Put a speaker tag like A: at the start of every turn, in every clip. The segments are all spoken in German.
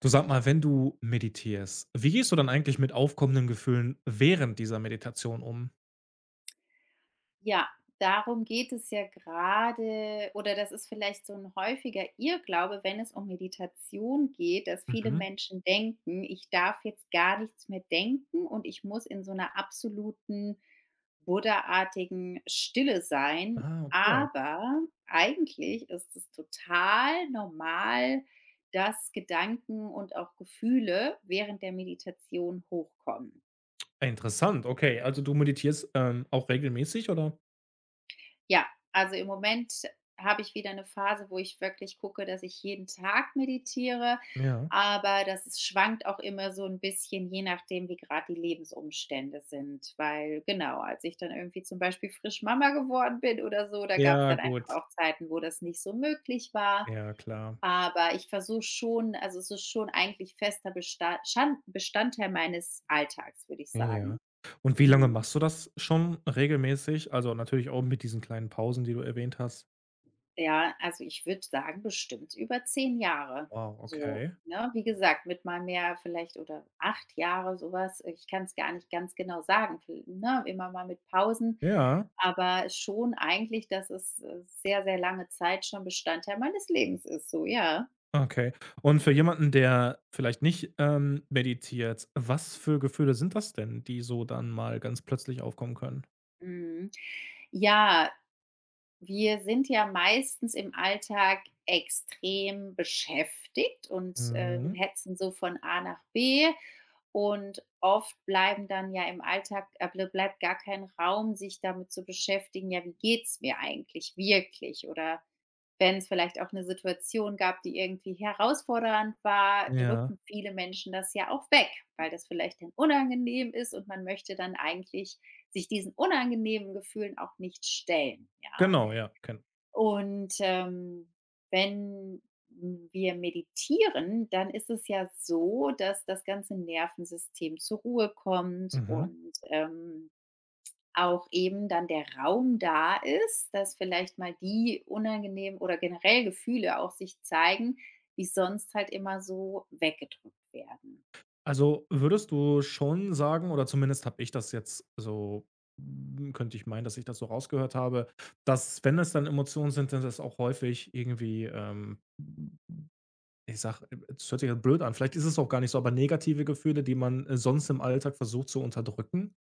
A: Du sag mal, wenn du meditierst, wie gehst du dann eigentlich mit aufkommenden Gefühlen während dieser Meditation um?
B: Ja, darum geht es ja gerade oder das ist vielleicht so ein häufiger Irrglaube, wenn es um Meditation geht, dass viele
A: Mhm.
B: Menschen denken: „Ich darf jetzt gar nichts mehr denken und ich muss in so einer absoluten buddhaartigen Stille sein.“
A: Ah, okay.
B: Aber eigentlich ist es total normal, dass Gedanken und auch Gefühle während der Meditation hochkommen.
A: Ah, interessant, okay. Also du meditierst, auch regelmäßig, oder?
B: Ja, also im Moment habe ich wieder eine Phase, wo ich wirklich gucke, dass ich jeden Tag meditiere,
A: Ja.
B: aber das ist schwankt auch immer so ein bisschen, je nachdem, wie gerade die Lebensumstände sind. Weil genau, als ich dann irgendwie zum Beispiel frisch Mama geworden bin oder so, da gab es
A: Ja,
B: dann einfach
A: gut.
B: auch Zeiten, wo das nicht so möglich war.
A: Ja, klar.
B: Aber ich versuche schon, also, es ist schon eigentlich fester Bestandteil meines Alltags, würde ich
A: Ja.
B: sagen.
A: Und wie lange
B: Mhm.
A: machst du das schon regelmäßig? Also natürlich auch mit diesen kleinen Pausen, die du erwähnt hast.
B: Ja, also ich würde sagen, bestimmt über 10 Jahre.
A: Wow,
B: So,
A: okay.
B: ne, wie gesagt, mit mal mehr vielleicht oder 8 Jahre, sowas. Ich kann es gar nicht ganz genau sagen, vi ne, immer mal mit Pausen,
A: Ja,
B: aber schon eigentlich, dass es, sehr, sehr lange Zeit schon Bestandteil meines Lebens ist so, ja.
A: okay. Und für jemanden, der vielleicht nicht, meditiert, was für Gefühle sind das denn, die so dann mal ganz plötzlich aufkommen können?
B: Mhm. Ja, wir sind ja meistens im Alltag extrem beschäftigt und,
A: Mhm.
B: hetzen so von A nach B. Und oft bleiben dann ja im Alltag bleibt gar kein Raum, sich damit zu beschäftigen: „Ja, wie geht's mir eigentlich wirklich?“ Oder wenn es vielleicht auch eine Situation gab, die irgendwie herausfordernd war,
A: Ja.
B: drücken viele Menschen das ja auch weg, weil das vielleicht dann unangenehm ist und man möchte dann eigentlich sich diesen unangenehmen Gefühlen auch nicht stellen, ja?
A: Genau, ja, kenn.
B: Und, wenn wir meditieren, dann ist es ja so, dass das ganze Nervensystem zur Ruhe kommt
A: Mhm.
B: und, auch eben dann der Raum da ist, dass vielleicht mal die unangenehmen oder generell Gefühle auch sich zeigen, die sonst halt immer so weggedrückt werden.
A: Also, würdest du schon sagen, oder zumindest habe ich das jetzt so, könnte ich meinen, dass ich das so rausgehört habe, dass, wenn es dann Emotionen sind, dann ist das auch häufig irgendwie, ich sag, es hört sich jetzt blöd an, vielleicht ist es auch gar nicht so, aber negative Gefühle, die man, sonst im Alltag versucht zu unterdrücken?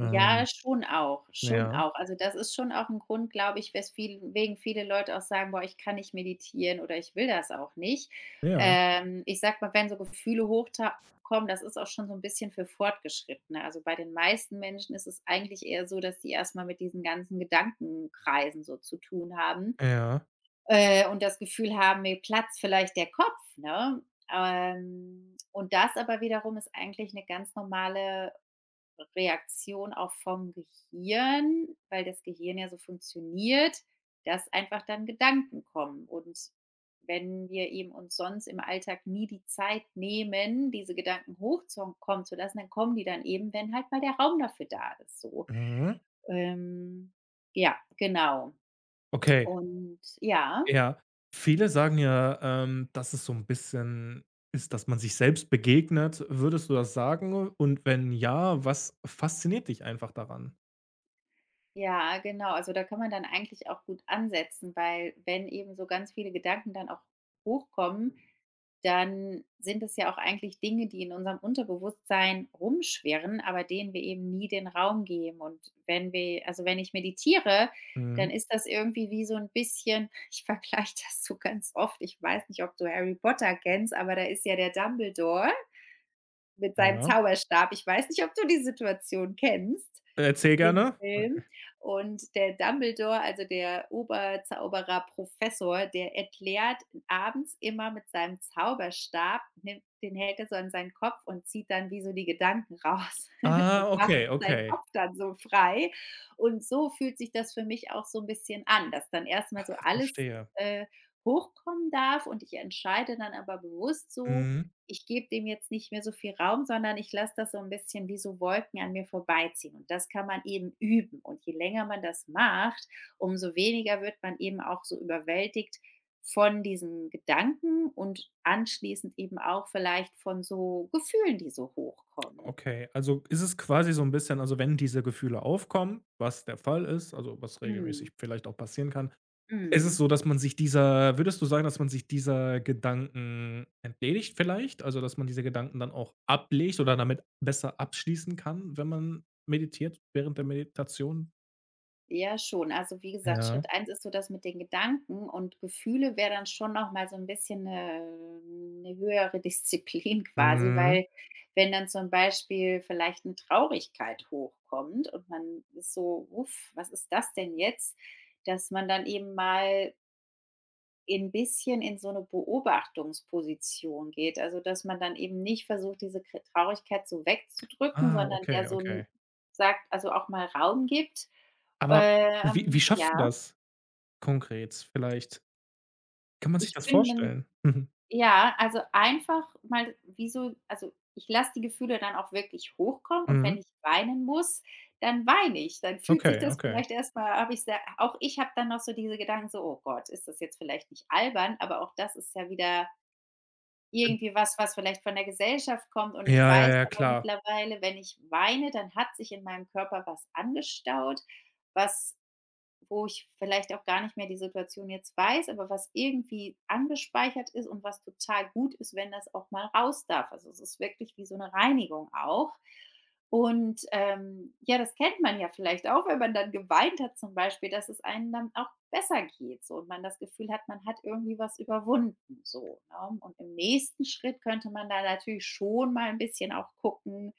B: Ja, schon auch, schon
A: ja,
B: auch. Also, das ist schon auch ein Grund, glaube ich, wes viel wegen viele Leute auch sagen: „Boah, ich kann nicht meditieren“ oder „Ich will das auch nicht.“
A: ja,
B: Ich sag mal, wenn so Gefühle hochkommen, das ist auch schon so ein bisschen für Fortgeschrittene. Also, bei den meisten Menschen ist es eigentlich eher so, dass die erst mal mit diesen ganzen Gedankenkreisen so zu tun haben,
A: ja.
B: und das Gefühl haben, mir platzt vielleicht der Kopf, ne? Und das aber wiederum ist eigentlich eine ganz normale Reaktion auch vom Gehirn, weil das Gehirn ja so funktioniert, dass einfach dann Gedanken kommen. Und wenn wir eben uns sonst im Alltag nie die Zeit nehmen, diese Gedanken hochkommen zu lassen, dann kommen die dann eben, wenn halt mal der Raum dafür da ist, so.
A: Mhm.
B: Ähm, ja, genau.
A: Okay.
B: Und ja.
A: Ja, viele sagen ja, dass es so ein bisschen ist, dass man sich selbst begegnet. Würdest du das sagen? Und wenn ja, was fasziniert dich einfach daran?
B: Ja, genau. Also da kann man dann eigentlich auch gut ansetzen, weil wenn eben so ganz viele Gedanken dann auch hochkommen, dann sind es ja auch eigentlich Dinge, die in unserem Unterbewusstsein rumschwirren, aber denen wir eben nie den Raum geben. Und wenn wir, also wenn ich meditiere,
A: Mhm,
B: dann ist das irgendwie wie so ein bisschen, ich vergleiche das so ganz oft, ich weiß nicht, ob du Harry Potter kennst, aber da ist ja der Dumbledore mit seinem
A: ja.
B: Zauberstab. Ich weiß nicht, ob du die Situation kennst,
A: Erzähl
B: den
A: gerne.
B: Film. Und der Dumbledore, also der Oberzauberer Professor, der erklärt abends immer mit seinem Zauberstab, nimmt den hält er so an seinen Kopf und zieht dann wie so die Gedanken raus und
A: Ah,
B: macht
A: okay,
B: seinen
A: okay.
B: Kopf dann so frei. Und so fühlt sich das für mich auch so ein bisschen an, dass dann erstmal so alles,
A: Verstehe.
B: äh, hochkommen darf und ich entscheide dann aber bewusst so:
A: Mhm,
B: Ich gebe dem jetzt nicht mehr so viel Raum, sondern ich lasse das so ein bisschen wie so Wolken an mir vorbeiziehen und das kann man eben üben und je länger man das macht, umso weniger wird man eben auch so überwältigt von diesen Gedanken und anschließend eben auch vielleicht von so Gefühlen, die so hochkommen.
A: okay. Also, ist es quasi so ein bisschen, also, wenn diese Gefühle aufkommen, was der Fall ist, also, was regelmäßig
B: Mhm,
A: vielleicht auch passieren kann, ist es
B: mhm.
A: so, dass man sich dieser, würdest du sagen, dass man sich dieser Gedanken entledigt vielleicht? Also, dass man diese Gedanken dann auch ablegt oder damit besser abschließen kann, wenn man meditiert, während der Meditation?
B: Ja, schon. Also, wie gesagt,
A: Ja.
B: Schritt eins ist so das mit den Gedanken und Gefühle wäre dann schon noch mal so ein bisschen eine 'ne höhere Disziplin quasi,
A: Mhm.
B: weil wenn dann zum Beispiel vielleicht eine Traurigkeit hochkommt und man ist so: „Uff, was ist das denn jetzt?“ Dass man dann eben mal ein bisschen in so eine Beobachtungsposition geht. Also, dass man dann eben nicht versucht, diese Kr Traurigkeit so wegzudrücken,
A: Ah,
B: sondern
A: okay,
B: der so 'n
A: okay.
B: sagt also, auch mal Raum gibt.
A: Aber wie
B: Ähm,
A: schaffst du
B: ja,
A: das konkret vielleicht? Kann man sich
B: ich
A: das
B: bin dann
A: vorstellen? Mhm.
B: ja, also, einfach mal wie so, also, ich lasse die Gefühle dann auch wirklich hochkommen und wenn
A: Mhm.
B: ich weinen muss, dann weine ich. Dann fühlt sich
A: Okay,
B: das
A: okay.
B: vielleicht erstmal, habe ich sehr auch ich habe dann noch so diese Gedanken so: „Oh Gott, ist das jetzt vielleicht nicht albern?“ Aber auch das ist ja wieder irgendwie was, was vielleicht von der Gesellschaft kommt und ich
A: Ja, ja,
B: weiß
A: ja,
B: aber
A: klar.
B: mittlerweile, wenn ich weine, dann hat sich in meinem Körper was angestaut, was wo ich vielleicht auch gar nicht mehr die Situation jetzt weiß, aber was irgendwie angespeichert ist und was total gut ist, wenn das auch mal raus darf. Also, es ist wirklich wie so eine Reinigung auch. Und, ja, das kennt man ja vielleicht auch, wenn man dann geweint hat zum Beispiel, dass es einem dann auch besser geht so und man das Gefühl hat, man hat irgendwie was überwunden so, ne? Und im nächsten Schritt könnte man da natürlich schon mal ein bisschen auch gucken,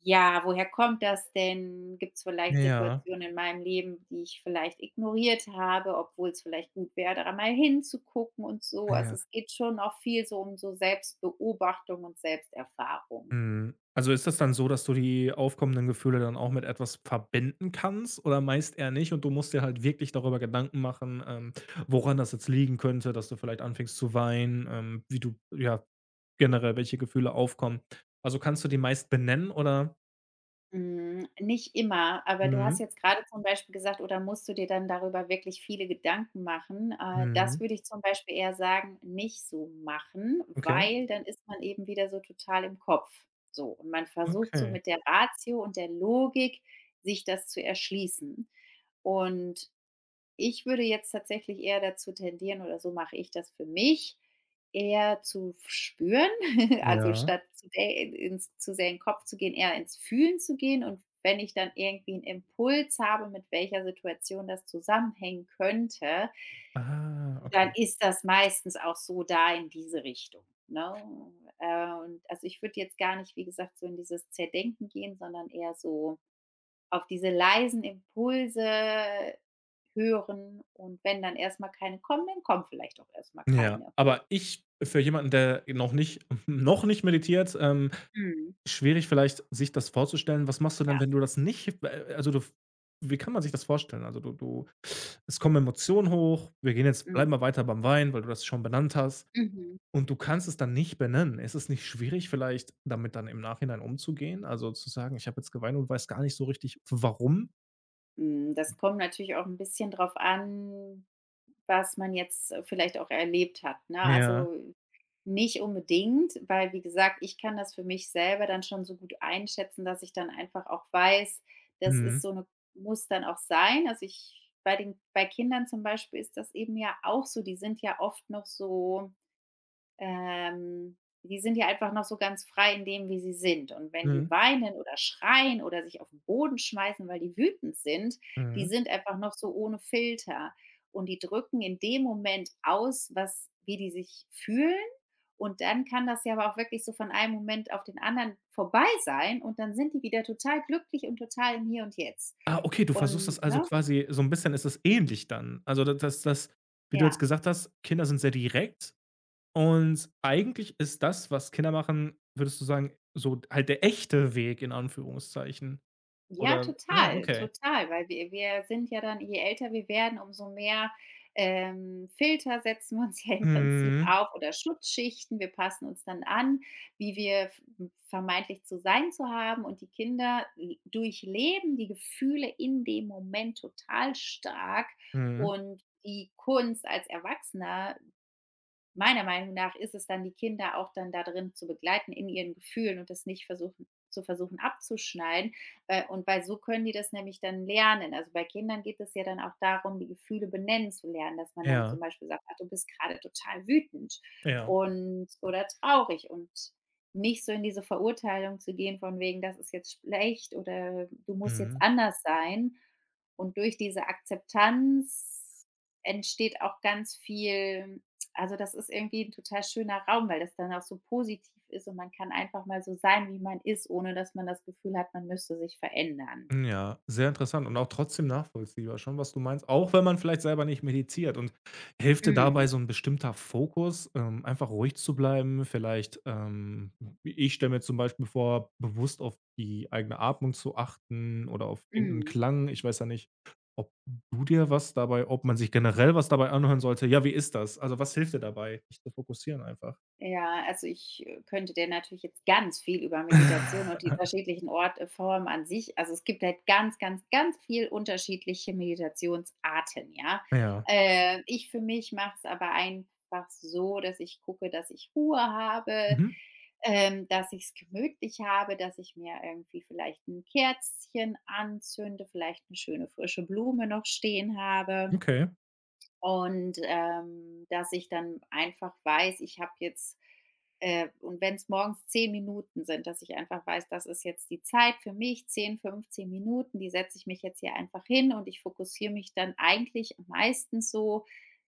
B: ja, woher kommt das denn? Gibt es vielleicht
A: Ja,
B: Situationen in meinem Leben, die ich vielleicht ignoriert habe, obwohl es vielleicht gut wäre, da mal hinzugucken und so. Also,
A: ja.
B: es geht schon auch viel so um so Selbstbeobachtung und Selbsterfahrung.
A: Mhm. Also ist das dann so, dass du die aufkommenden Gefühle dann auch mit etwas verbinden kannst oder meist eher nicht, und du musst dir halt wirklich darüber Gedanken machen, woran das jetzt liegen könnte, dass du vielleicht anfängst zu weinen, wie du, ja, generell welche Gefühle aufkommen. Also kannst du die meist benennen oder?
B: Hm, nicht immer, aber du hast
A: Mhm.
B: jetzt gerade zum Beispiel gesagt: „Oder musst du dir dann darüber wirklich viele Gedanken machen?“ Das
A: Mhm.
B: würde ich zum Beispiel eher sagen, nicht so machen,
A: Okay,
B: weil dann ist man eben wieder so total im Kopf. So, und man versucht so
A: okay.
B: mit der Ratio und der Logik, sich das zu erschließen. Und ich würde jetzt tatsächlich eher dazu tendieren oder so mache ich das für mich, eher zu spüren, also
A: Ja.
B: statt zu sehr in den Kopf zu gehen, eher ins Fühlen zu gehen. Und wenn ich dann irgendwie einen Impuls habe, mit welcher Situation das zusammenhängen könnte,
A: Ah,
B: dann
A: okay.
B: ist das meistens auch so da in diese Richtung, ne? Und also, ich würde jetzt gar nicht, wie gesagt, so in dieses Zerdenken gehen, sondern eher so auf diese leisen Impulse hören und wenn dann erstmal keine kommen, dann kommen vielleicht auch erstmal
A: Ja,
B: keine.
A: aber ich für jemanden, der noch nicht noch nicht meditiert,
B: Mhm.
A: schwierig vielleicht, sich das vorzustellen. Was machst du
B: Ja.
A: denn, wenn du das nicht also, du, wie kann man sich das vorstellen? Also, du du, es kommen Emotionen hoch. Wir gehen jetzt, bleiben
B: Mhm.
A: wir weiter beim Wein, weil du das schon benannt hast,
B: Mhm.
A: und du kannst es dann nicht benennen. Ist es nicht schwierig vielleicht, damit dann im Nachhinein umzugehen? Also, zu sagen: „Ich habe jetzt geweint und weiß gar nicht so richtig, warum?“
B: Hm, das kommt natürlich auch ein bisschen drauf an, was man jetzt vielleicht auch erlebt hat, ne?
A: Ja.
B: Also, nicht unbedingt, weil wie gesagt, ich kann das für mich selber dann schon so gut einschätzen, dass ich dann einfach auch weiß, das ist
A: Mhm.
B: so eine muss dann auch sein. Also, ich bei den bei Kindern zum Beispiel ist das eben ja auch so, die sind ja oft noch so ähm, die sind ja einfach noch so ganz frei in dem, wie sie sind. Und wenn die
A: Mhm.
B: weinen oder schreien oder sich auf den Boden schmeißen, weil die wütend sind, die
A: Mhm.
B: sind einfach noch so ohne Filter. Und die drücken in dem Moment aus, was wie die sich fühlen. Und dann kann das ja aber auch wirklich so von einem Moment auf den anderen vorbei sein und dann sind die wieder total glücklich und total im Hier und Jetzt.
A: Ah, okay, du versuchst
B: Und
A: das also
B: ne?
A: quasi so ein bisschen, ist es ähnlich dann? Also, da das, wie du
B: Ja.
A: jetzt gesagt hast, Kinder sind sehr direkt. Und eigentlich ist das, was Kinder machen, würdest du sagen, so halt der echte Weg in Anführungszeichen?
B: Ja,
A: Oder ja,
B: total,
A: okay.
B: total, weil wir sind ja dann, je älter wir werden, umso mehr, Filter setzen wir uns ja im Prinzip
A: Mhm.
B: auf oder Schutzschichten. Wir passen uns dann an, wie wir f vermeintlich zu sein zu haben und die Kinder l durchleben die Gefühle in dem Moment total stark
A: Mhm.
B: und die Kunst als Erwachsener meiner Meinung nach ist es dann, die Kinder auch dann da drin zu begleiten in ihren Gefühlen und das nicht versuchen abzuschneiden, und weil so können die das nämlich dann lernen. Also, bei Kindern geht es ja dann auch darum, die Gefühle benennen zu lernen, dass man dann
A: Ja,
B: zum Beispiel sagt: „Ach, du bist gerade total wütend
A: ja.
B: und oder traurig“ und nicht so in diese Verurteilung zu gehen von wegen: „Das ist jetzt schlecht“ oder „Du musst jetzt
A: Mhm.
B: anders sein.“ Und durch diese Akzeptanz entsteht auch ganz viel, also, das ist irgendwie ein total schöner Raum, weil das dann auch so positiv ist und man kann einfach mal so sein, wie man ist, ohne dass man das Gefühl hat, man müsste sich verändern.
A: Hm, ja, sehr interessant und auch trotzdem nachvollziehbar schon, was du meinst, auch wenn man vielleicht selber nicht meditiert. Und hilft dir dabei
B: Mhm,
A: so ein bestimmter Fokus, einfach ruhig zu bleiben? Vielleicht, ich stelle mir zum Beispiel vor, bewusst auf die eigene Atmung zu achten oder auf irgendeinen
B: mhm.
A: Klang. Ich weiß ja nicht, ob du dir was dabei, ob man sich generell was dabei anhören sollte. Ja, wie ist das? Also, was hilft dir dabei, dich zu fokussieren einfach?
B: Ja, also ich, könnte dir natürlich jetzt ganz viel über Meditation und die unterschiedlichen Ort Formen an sich, also, es gibt halt ganz, ganz, ganz viel unterschiedliche Meditationsarten, ja?
A: Ja.
B: Ich für mich mache es aber einfach so, dass ich gucke, dass ich Ruhe habe,
A: Mhm.
B: dass ich es gemütlich habe, dass ich mir irgendwie vielleicht ein Kerzchen anzünde, vielleicht eine schöne frische Blume noch stehen habe.
A: Okay,
B: Und, dass ich dann einfach weiß, ich habe jetzt und wenn es morgens 10 Minuten sind, dass ich einfach weiß, das ist jetzt die Zeit für mich, 10, 15 Minuten, die setze ich mich jetzt hier einfach hin und ich fokussiere mich dann eigentlich meistens so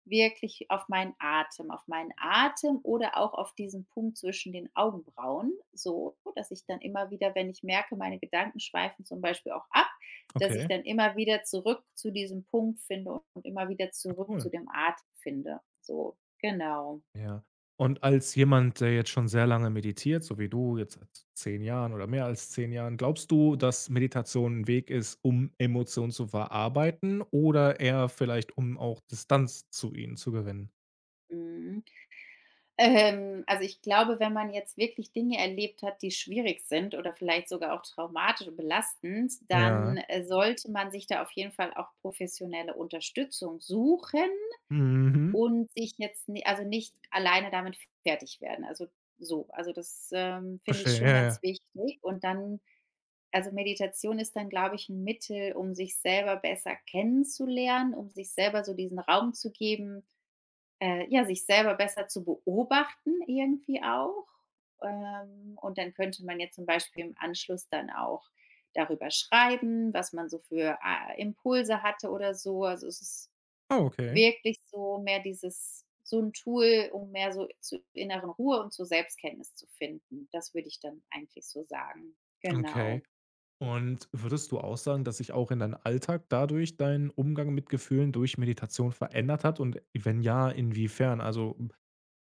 B: wirklich auf meinen Atem oder auch auf diesen Punkt zwischen den Augenbrauen, so, dass ich dann immer wieder, wenn ich merke, meine Gedanken schweifen zum Beispiel auch ab, dass ich
A: okay.
B: dann immer wieder zurück zu diesem Punkt finde und immer wieder
A: Ah,
B: zurück zu
A: cool.
B: dem Atem finde. So, genau.
A: Ja. Und als jemand, der jetzt schon sehr lange meditiert, so wie du, jetzt seit 10 Jahren oder mehr als 10 Jahren, glaubst du, dass Meditation ein Weg ist, um Emotionen zu verarbeiten oder eher vielleicht, um auch Distanz zu ihnen zu gewinnen?
B: Mhm. Also ich glaube, wenn man jetzt wirklich Dinge erlebt hat, die schwierig sind oder vielleicht sogar auch traumatisch und belastend,
A: Ja.
B: dann sollte man sich da auf jeden Fall auch professionelle Unterstützung suchen.
A: Mhm.
B: Und sich jetzt ni also, nicht alleine damit fertig werden. Also, so. Also, das, finde ich
A: Verstehe,
B: schon
A: ja, ja.
B: ganz wichtig. Und dann, also, Meditation ist dann, glaube ich, ein Mittel, um sich selber besser kennenzulernen, um sich selber so diesen Raum zu geben, ja, sich selber besser zu beobachten irgendwie auch. Und dann könnte man jetzt zum Beispiel im Anschluss dann auch darüber schreiben, was man so für, Impulse hatte oder so. Also, es ist
A: Ah, okay.
B: wirklich so mehr dieses, so ein Tool, um mehr so zur inneren Ruhe und zur Selbstkenntnis zu finden. Das würde ich dann eigentlich so sagen.
A: Okay.
B: Genau.
A: Und würdest du auch sagen, dass sich auch in deinem Alltag dadurch dein Umgang mit Gefühlen durch Meditation verändert hat, und wenn ja, inwiefern? Also,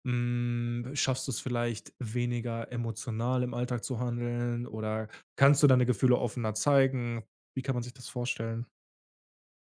A: hm, schaffst du es vielleicht, weniger emotional im Alltag zu handeln oder kannst du deine Gefühle offener zeigen? Wie kann man sich das vorstellen?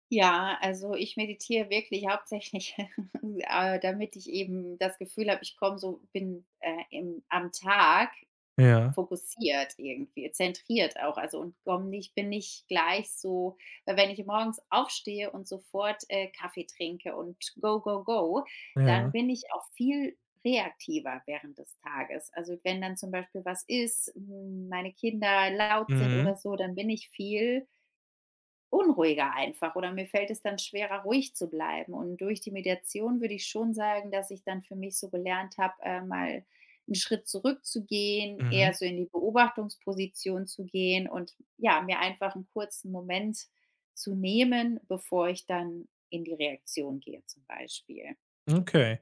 B: Ja, also ich meditiere wirklich hauptsächlich, damit ich eben das Gefühl habe, ich komme so bin, im am Tag
A: Ja,
B: fokussiert irgendwie, zentriert auch, also, und komme nicht bin nicht gleich so, weil wenn ich morgens aufstehe und sofort, Kaffee trinke und go, go, go, dann
A: ja.
B: bin ich auch viel reaktiver während des Tages. Also, wenn dann zum Beispiel was ist, hm, meine Kinder laut sind
A: Mhm,
B: oder so, dann bin ich viel unruhiger einfach oder mir fällt es dann schwerer, ruhig zu bleiben. Und durch die Mediation würde ich schon sagen, dass ich dann für mich so gelernt habe, mal einen Schritt zurückzugehen, eher
A: mhm.
B: so in die Beobachtungsposition zu gehen und, ja, mir einfach einen kurzen Moment zu nehmen, bevor ich dann in die Reaktion gehe zum Beispiel.
A: Okay.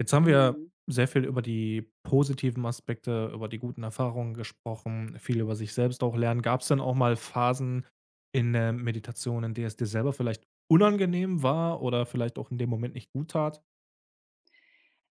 A: Jetzt haben wir
B: Mhm.
A: sehr viel über die positiven Aspekte, über die guten Erfahrungen gesprochen, viel über sich selbst auch lernen. Gab es denn auch mal Phasen in der Meditation, in der es dir selber vielleicht unangenehm war oder vielleicht auch in dem Moment nicht gut tat?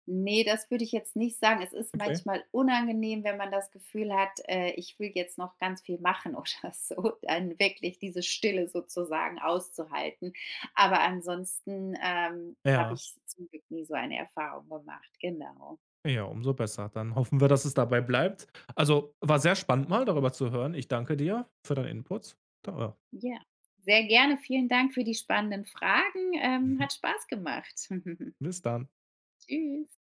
B: Ne, das würde ich jetzt nicht sagen. Es ist
A: Okay.
B: manchmal unangenehm, wenn man das Gefühl hat, ich will jetzt noch ganz viel machen oder so, dann wirklich diese Stille sozusagen auszuhalten. Aber ansonsten, habe
A: Ja.
B: ich zum Glück nie so eine Erfahrung gemacht. Genau.
A: Ja, umso besser. Dann hoffen wir, dass es dabei bleibt. Also, war sehr spannend mal darüber zu hören. Ich danke dir für deinen Input. Da
B: Ja, sehr gerne. Vielen Dank für die spannenden Fragen. Hat Spaß gemacht.
A: bis dann.
B: Tschüss.